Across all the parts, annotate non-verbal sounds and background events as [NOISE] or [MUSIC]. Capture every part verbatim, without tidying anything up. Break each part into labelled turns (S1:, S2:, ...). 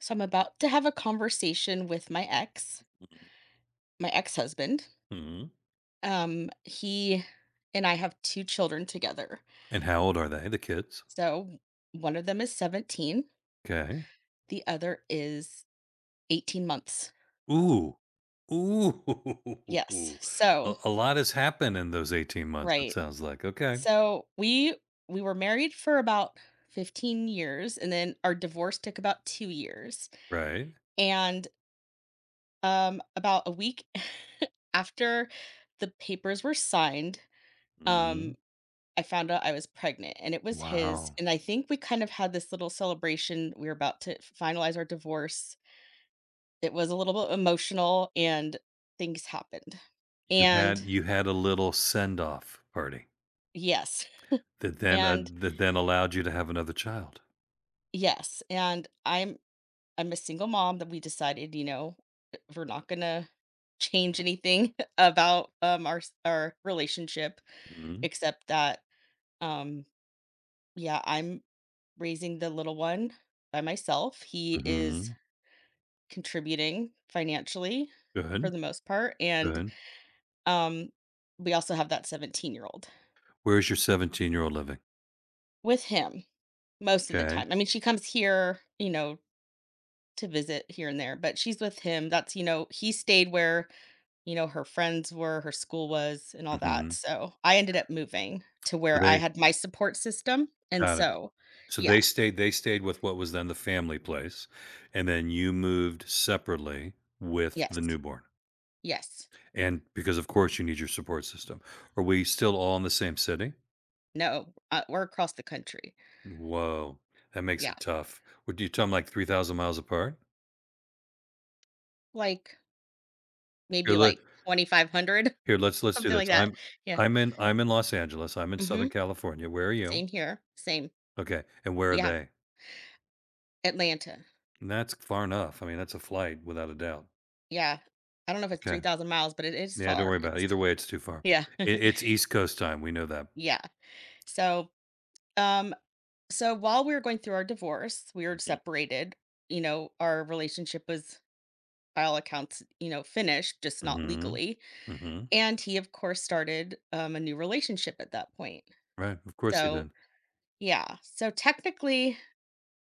S1: So I'm about to have a conversation with my ex, my ex-husband.
S2: Mhm.
S1: Um, he and I have two children together.
S2: And how old are they, the kids?
S1: So one of them is seventeen,
S2: Okay.
S1: the other is eighteen months.
S2: Ooh. Ooh.
S1: Yes.
S2: [LAUGHS]
S1: So,
S2: A a lot has happened in those eighteen months, it
S1: right.
S2: sounds like. Okay.
S1: So we we were married for about fifteen years, and then our divorce took about two years.
S2: Right.
S1: And um about a week [LAUGHS] after the papers were signed, um
S2: Mhm.
S1: I found out I was pregnant, and it was his.
S2: Wow.
S1: And I think we kind of had this little celebration. We were about to f- finalize our divorce. It was a little bit emotional and things happened.
S2: You
S1: And
S2: had you had a little send-off party
S1: yes,
S2: that then, uh
S1: and
S2: that then allowed you to have another child.
S1: yes, and I'm I'm a single mom that we decided, you know, eh, we're not gonna change anything [LAUGHS] about um our s- our relationship,
S2: Mhm.
S1: except that um yeah, I'm raising the little one by myself. He is
S2: Mhm.
S1: contributing financially for
S2: Good,
S1: the most part, and,
S2: good.
S1: um, we also have that seventeen-year-old
S2: Where's your seventeen year old living?
S1: with him most of the
S2: Okay.
S1: time. I mean, she comes here, you know, to visit here and there, but she's with him. That's you know, he stayed where, you know, her friends were, her school was, and all that,
S2: Mhm.
S1: so I ended up moving to
S2: So
S1: where I
S2: they
S1: had my support system, and
S2: got it.
S1: so
S2: So
S1: yeah.
S2: they stayed they stayed with what was then the family place, and then you moved separately with the
S1: Yes.
S2: newborn.
S1: Yes.
S2: And because of course you need your support system. Are we still all in the same city?
S1: No, uh, we're across the country.
S2: Whoa, that makes
S1: Yeah,
S2: it tough. Would you tell them like three thousand miles apart?
S1: like, maybe
S2: Here, let
S1: like twenty-five hundred,
S2: Here, let's
S1: [LAUGHS]
S2: let's do
S1: something like
S2: this.
S1: that.
S2: I'm
S1: Yeah.
S2: I'm in I'm in Los Angeles. I'm in Southern
S1: Mhm.
S2: California. Where are you?
S1: Same here. Same.
S2: Okay, and where are
S1: Yeah.
S2: they?
S1: Atlanta.
S2: And that's far enough. I mean, that's a flight without a doubt.
S1: Yeah. I don't know if it's
S2: Okay,
S1: three thousand miles, but it is
S2: yeah, don't
S1: far.
S2: worry about it.
S1: It's
S2: Either way, it's too far.
S1: Yeah.
S2: It,
S1: [LAUGHS]
S2: it's East Coast time. We know that.
S1: Yeah. So, um, so while we were going through our divorce, we were separated. You know, our relationship was, by all accounts, you know, finished, just not
S2: Mhm,
S1: legally.
S2: mhm.
S1: And he, of course, started um, a new relationship at that point.
S2: Right, of course he
S1: So,
S2: did.
S1: yeah. So technically,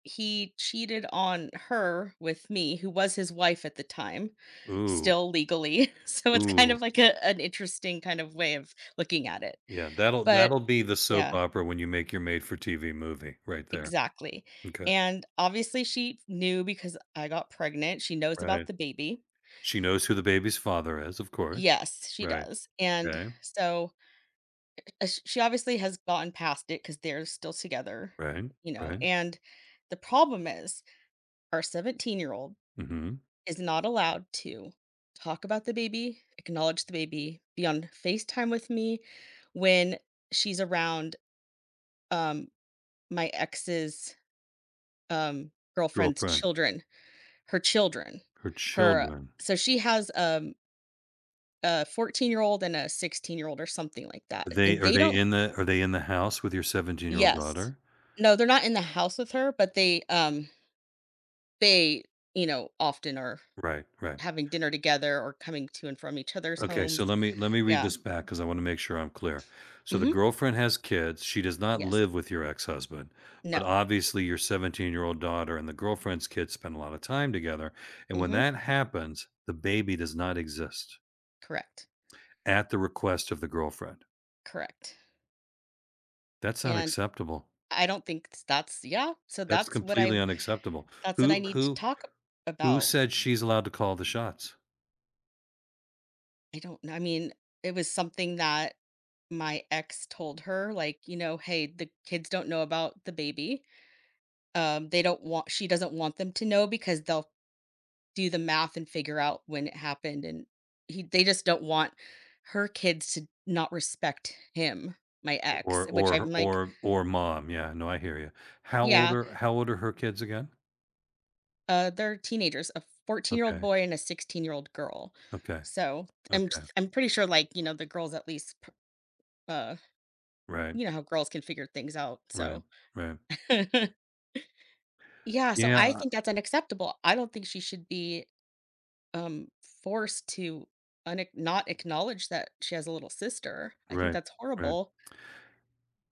S1: he cheated on her with me, who was his wife at the time,
S2: Ooh,
S1: still legally. [LAUGHS] So it's kind
S2: ooh.
S1: of like a, an interesting kind of way of looking at it.
S2: Yeah, that'll
S1: But
S2: that'll be the soap
S1: yeah,
S2: opera when you make your made for T V movie right there.
S1: exactly.
S2: Okay,
S1: And obviously, she knew because I got pregnant. She knows about
S2: right.
S1: the baby.
S2: She knows who the baby's father is, of course.
S1: Yes, she
S2: Right,
S1: does. And
S2: okay,
S1: so uh, sh- she obviously has gotten past it because they're still together,
S2: right,
S1: you know.
S2: right.
S1: And the problem is, our seventeen year old
S2: Mhm.
S1: is not allowed to talk about the baby, acknowledge the baby, be on FaceTime with me when she's around um my ex's um girlfriend's
S2: Girlfriend,
S1: children, her children.
S2: her
S1: Her
S2: children.
S1: so she has um a fourteen-year-old and a sixteen-year-old or something like that.
S2: Are they
S1: And
S2: are
S1: they
S2: they
S1: don't.
S2: in the are they in the house with your seventeen-year-old
S1: Yes.
S2: daughter?
S1: No, they're not in the house with her, but they um they, you know, often are
S2: Right, right.
S1: having dinner together or coming to and from each other's
S2: Okay, so
S1: homes.
S2: let me let me read
S1: Yeah.
S2: this back because I want to make sure I'm clear. So the
S1: Mhm.
S2: girlfriend has kids. She does not
S1: Yes.
S2: live with your ex-husband, but
S1: No.
S2: obviously your seventeen-year-old daughter and the girlfriend's kids spend a lot of time together. And when
S1: Mhm.
S2: that happens, the baby does not exist
S1: Correct.
S2: at the request of the girlfriend.
S1: Correct.
S2: That's
S1: And
S2: unacceptable.
S1: I don't think. S That's, yeah, so
S2: That's
S1: that's what
S2: completely
S1: I
S2: unacceptable.
S1: that's what I
S2: Who
S1: need to
S2: who
S1: talk ab-
S2: who
S1: about.
S2: said she's allowed to call the shots?
S1: I don't know. I mean, it was something that my ex told her, like, you know, "Hey, the kids don't know about the baby. Um, they don't want she doesn't want them to know because they'll do the math and figure out when it happened," and he they just don't want her kids to not respect him, my ex,
S2: Or
S1: which I'm
S2: or
S1: like,
S2: or or mom. Yeah, no, I hear you. How old
S1: "Yeah."
S2: are how old are her kids again?
S1: Uh, they're teenagers, a fourteen-year-old
S2: Okay.
S1: boy and a sixteen-year-old girl.
S2: Okay.
S1: So, I'm s
S2: Okay.
S1: I'm pretty sure, like, you know, the girls at least p uh,
S2: Right,
S1: you know how girls can figure things out,
S2: right,
S1: so.
S2: right.
S1: [LAUGHS] Yeah, so I
S2: Yeah,
S1: think that's unacceptable. I don't think she should be, um, forced to unack not acknowledge that she has a little sister. I think
S2: right,
S1: that's
S2: right.
S1: horrible.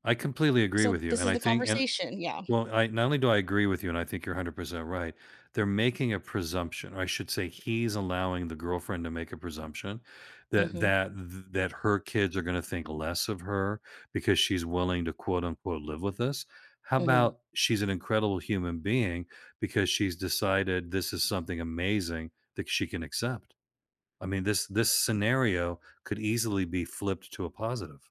S2: I completely agree
S1: So
S2: with you,
S1: this
S2: and
S1: is
S2: I
S1: the
S2: think and
S1: conversation, yeah.
S2: well, I not only do I agree with you, and I think you're one hundred percent right, they're making a presumption, or I should say he's allowing the girlfriend to make a presumption that
S1: Mhm,
S2: that th- that her kids are going to think less of her because she's willing to quote unquote live with us. How
S1: mhm.
S2: about she's an incredible human being because she's decided this is something amazing that she can accept? I mean, this this scenario could easily be flipped to a positive.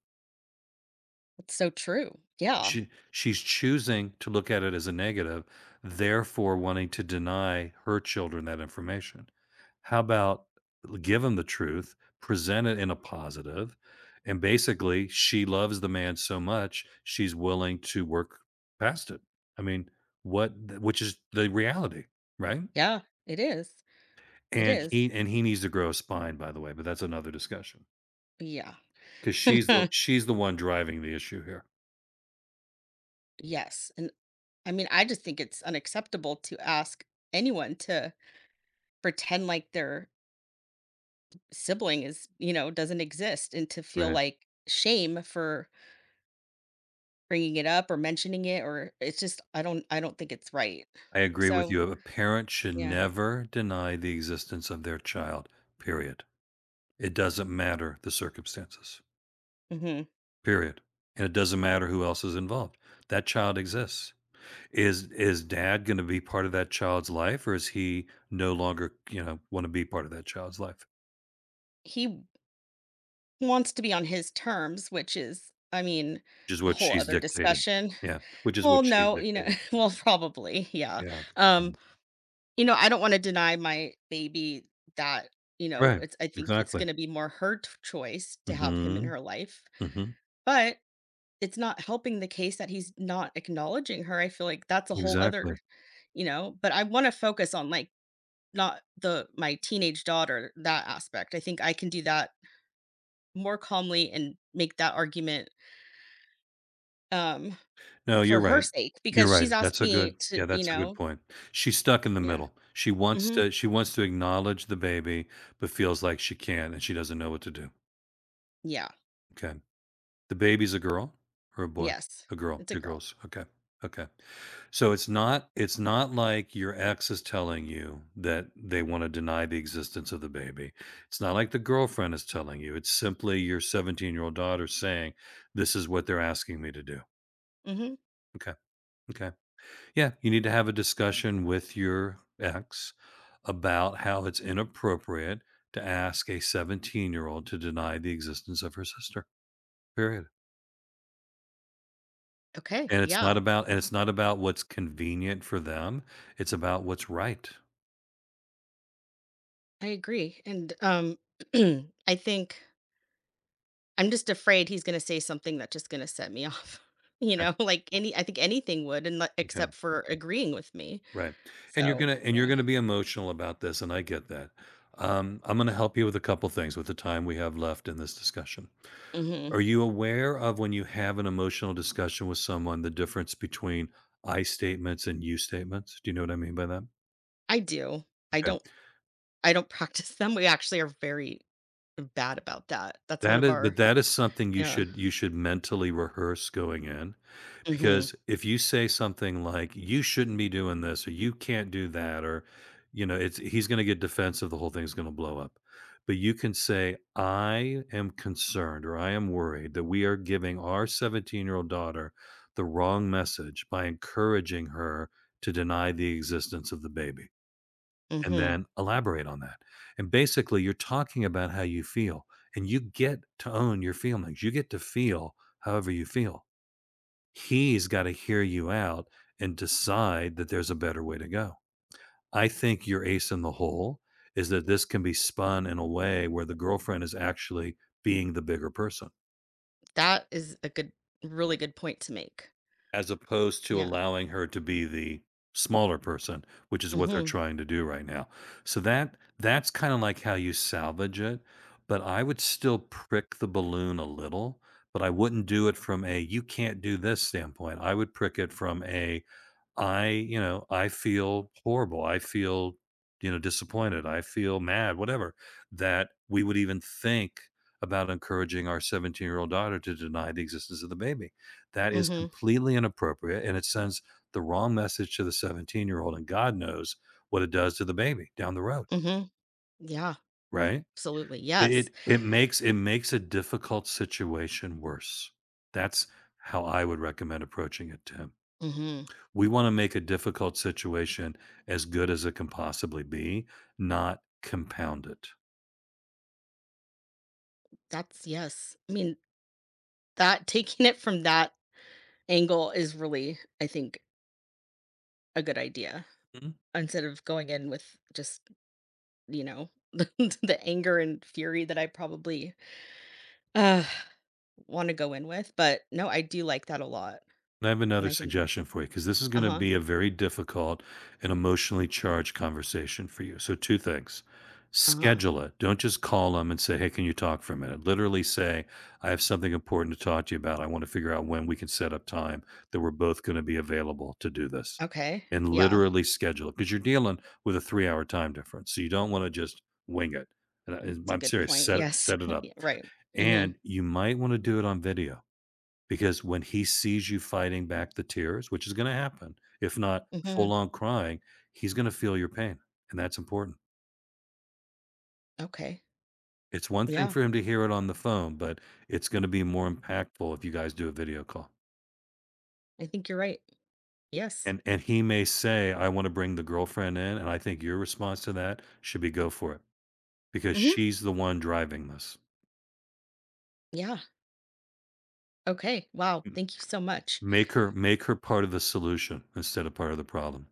S1: It's so true. Yeah,
S2: She she's choosing to look at it as a negative, therefore wanting to deny her children that information. How about give them the truth, present it in a positive, and basically she loves the man so much she's willing to work past it. I mean, what which is the reality, right?
S1: yeah, it is, it
S2: And
S1: is.
S2: he and he needs to grow a spine, by the way, but that's another discussion.
S1: Yeah.
S2: 'Cause she's the
S1: [LAUGHS]
S2: she's the one driving the issue here.
S1: Yes, and I mean, I just think it's unacceptable to ask anyone to pretend like their sibling is, you know, doesn't exist, and to feel
S2: Right.
S1: like shame for bringing it up or mentioning it, or it's just I don't I don't think it's right.
S2: I agree with
S1: So,
S2: you. A parent should
S1: yeah.
S2: never deny the existence of their child, period. It doesn't matter the circumstances,
S1: Mhm.
S2: period. And it doesn't matter who else is involved. That child exists. Is is dad gonna be part of that child's life, or is he no longer, you know, wanna be part of that child's life?
S1: He wants to be on his terms, which is, I mean,
S2: Which is
S1: a
S2: what
S1: whole
S2: she's
S1: other
S2: dictating.
S1: discussion.
S2: Yeah, which is
S1: Well,
S2: what she's
S1: no, you know,
S2: dictating.
S1: [LAUGHS] well, probably, yeah.
S2: Yeah,
S1: Um
S2: yeah.
S1: You know, I don't wanna deny my baby that, you know,
S2: Right,
S1: it's I think it's
S2: exactly.
S1: gonna be more her t choice to have him in
S2: Mhm,
S1: her life,
S2: mhm,
S1: but it's not helping the case that he's not acknowledging her. I feel like that's a whole other,
S2: exactly.
S1: you know, but I wanna focus on, like, not the my teenage daughter, that aspect. I think I can do that more calmly and make that argument, um,
S2: No, you're
S1: for her
S2: right.
S1: sake
S2: You're
S1: because
S2: right.
S1: she's asked
S2: That's a good
S1: me to,
S2: yeah,
S1: you
S2: that's a good
S1: know?
S2: point. She's stuck in the
S1: Yeah.
S2: middle. She wants
S1: Mhm.
S2: to she wants to acknowledge the baby, but feels like she can't, and she doesn't know what to do.
S1: Yeah.
S2: Okay. The baby's a girl or a boy?
S1: Yes.
S2: A girl.
S1: It's a
S2: Two
S1: girl.
S2: girls. Okay. Okay. So it's not it's not like your ex is telling you that they want to deny the existence of the baby. It's not like the girlfriend is telling you. It's simply your seventeen-year-old daughter saying, "This is what they're asking me to do."
S1: Mhm.
S2: Okay. Okay. Yeah, you need to have a discussion with your ex about how it's inappropriate to ask a seventeen-year-old to deny the existence of her sister. Period.
S1: Okay,
S2: And it's
S1: yeah.
S2: not about and it's not about what's convenient for them, it's about what's right.
S1: I agree. And um [CLEARS THROAT] I think I'm just afraid he's going to say something that's just going to set me off. [LAUGHS] You
S2: Okay,
S1: know, like any I think anything would, and like,
S2: okay,
S1: except for agreeing with me.
S2: right. And you're
S1: So,
S2: gonna and you're
S1: yeah.
S2: gonna be emotional about this, and I get that. Um, I'm gonna help you with a couple things with the time we have left in this discussion.
S1: Mhm.
S2: Are you aware of when you have an emotional discussion with someone, the difference between I statements and you statements? Do you know what I mean by that?
S1: I do. I
S2: Okay.
S1: don't I don't [LAUGHS] practice them. We actually are very bad about that. That's one
S2: That
S1: of
S2: is but
S1: our,
S2: that is something you
S1: yeah.
S2: should you should mentally rehearse going in,
S1: Mhm.
S2: because if you say something like, "You shouldn't be doing this," or "You can't do that," or, you know, it's he's gonna get defensive, the whole thing's gonna blow up. But you can say, "I am concerned or I am worried that we are giving our seventeen-year-old daughter the wrong message by encouraging her to deny the existence of the baby," and
S1: Mhm.
S2: then elaborate on that. And basically, you're talking about how you feel, and you get to own your feelings. You get to feel however you feel. He's got to hear you out and decide that there's a better way to go. I think your ace in the hole is that this can be spun in a way where the girlfriend is actually being the bigger person.
S1: That is a good really good point to make.
S2: As opposed to
S1: Yeah.
S2: allowing her to be the smaller person, which is what they're
S1: Mhm.
S2: trying to do right now. So that that's kinda like how you salvage it, but I would still prick the balloon a little, but I wouldn't do it from a, "You can't do this" standpoint. I would prick it from a, I, you know, I feel horrible. I feel, you know, disappointed. I feel mad, whatever, that we would even think about encouraging our seventeen year old daughter to deny the existence of the baby. That is
S1: Mhm.
S2: completely inappropriate and it sends the wrong message to the seventeen year old. And God knows what it does to the baby down the road,
S1: Mhm. Yeah.
S2: right?
S1: Absolutely. Yes.
S2: It, it makes it makes a difficult situation worse. That's how I would recommend approaching it, Tim.
S1: Mhm.
S2: We wanna make a difficult situation as good as it can possibly be, not compound it.
S1: That's Yes. I mean, That taking it from that angle is really, I think, a good idea instead of going in with just, you know, [LAUGHS] the anger and fury that I probably, uh, wanna go in with, but no, I do like that a lot,
S2: And I have
S1: and
S2: another
S1: I think.
S2: suggestion for you because this is going to
S1: Uh-huh,
S2: be a very difficult and emotionally charged conversation for you. So, two things,
S1: uh-huh.
S2: schedule it. Don't just call them and say, "Hey, can you talk for a minute?" Literally say, "I have something important to talk to you about. I want to figure out when we can set up time that we're both going to be available to do this,"
S1: Okay,
S2: and
S1: yeah,
S2: literally schedule it because you're dealing with a three hour time difference. So, you don't want to just wing it. And
S1: it's
S2: I-
S1: a
S2: I'm
S1: good
S2: serious,
S1: point,
S2: set,
S1: yes,
S2: set it
S1: [LAUGHS]
S2: up.
S1: yeah, right. Mhm,
S2: And you might want to do it on video because when he sees you fighting back the tears, which is gonna happen, if not
S1: mhm,
S2: full on crying, he's gonna feel your pain, and that's important.
S1: okay,
S2: It's one thing
S1: yeah,
S2: for him to hear it on the phone, but it's gonna be more impactful if you guys do a video call.
S1: I think you're right, yes.
S2: And and he may say, "I wanna bring the girlfriend in," and I think your response to that should be go for it, because
S1: Mhm,
S2: she's the one driving this.
S1: yeah, okay, wow,
S2: M
S1: thank you so much.
S2: Make her make her part of the solution instead of part of the problem.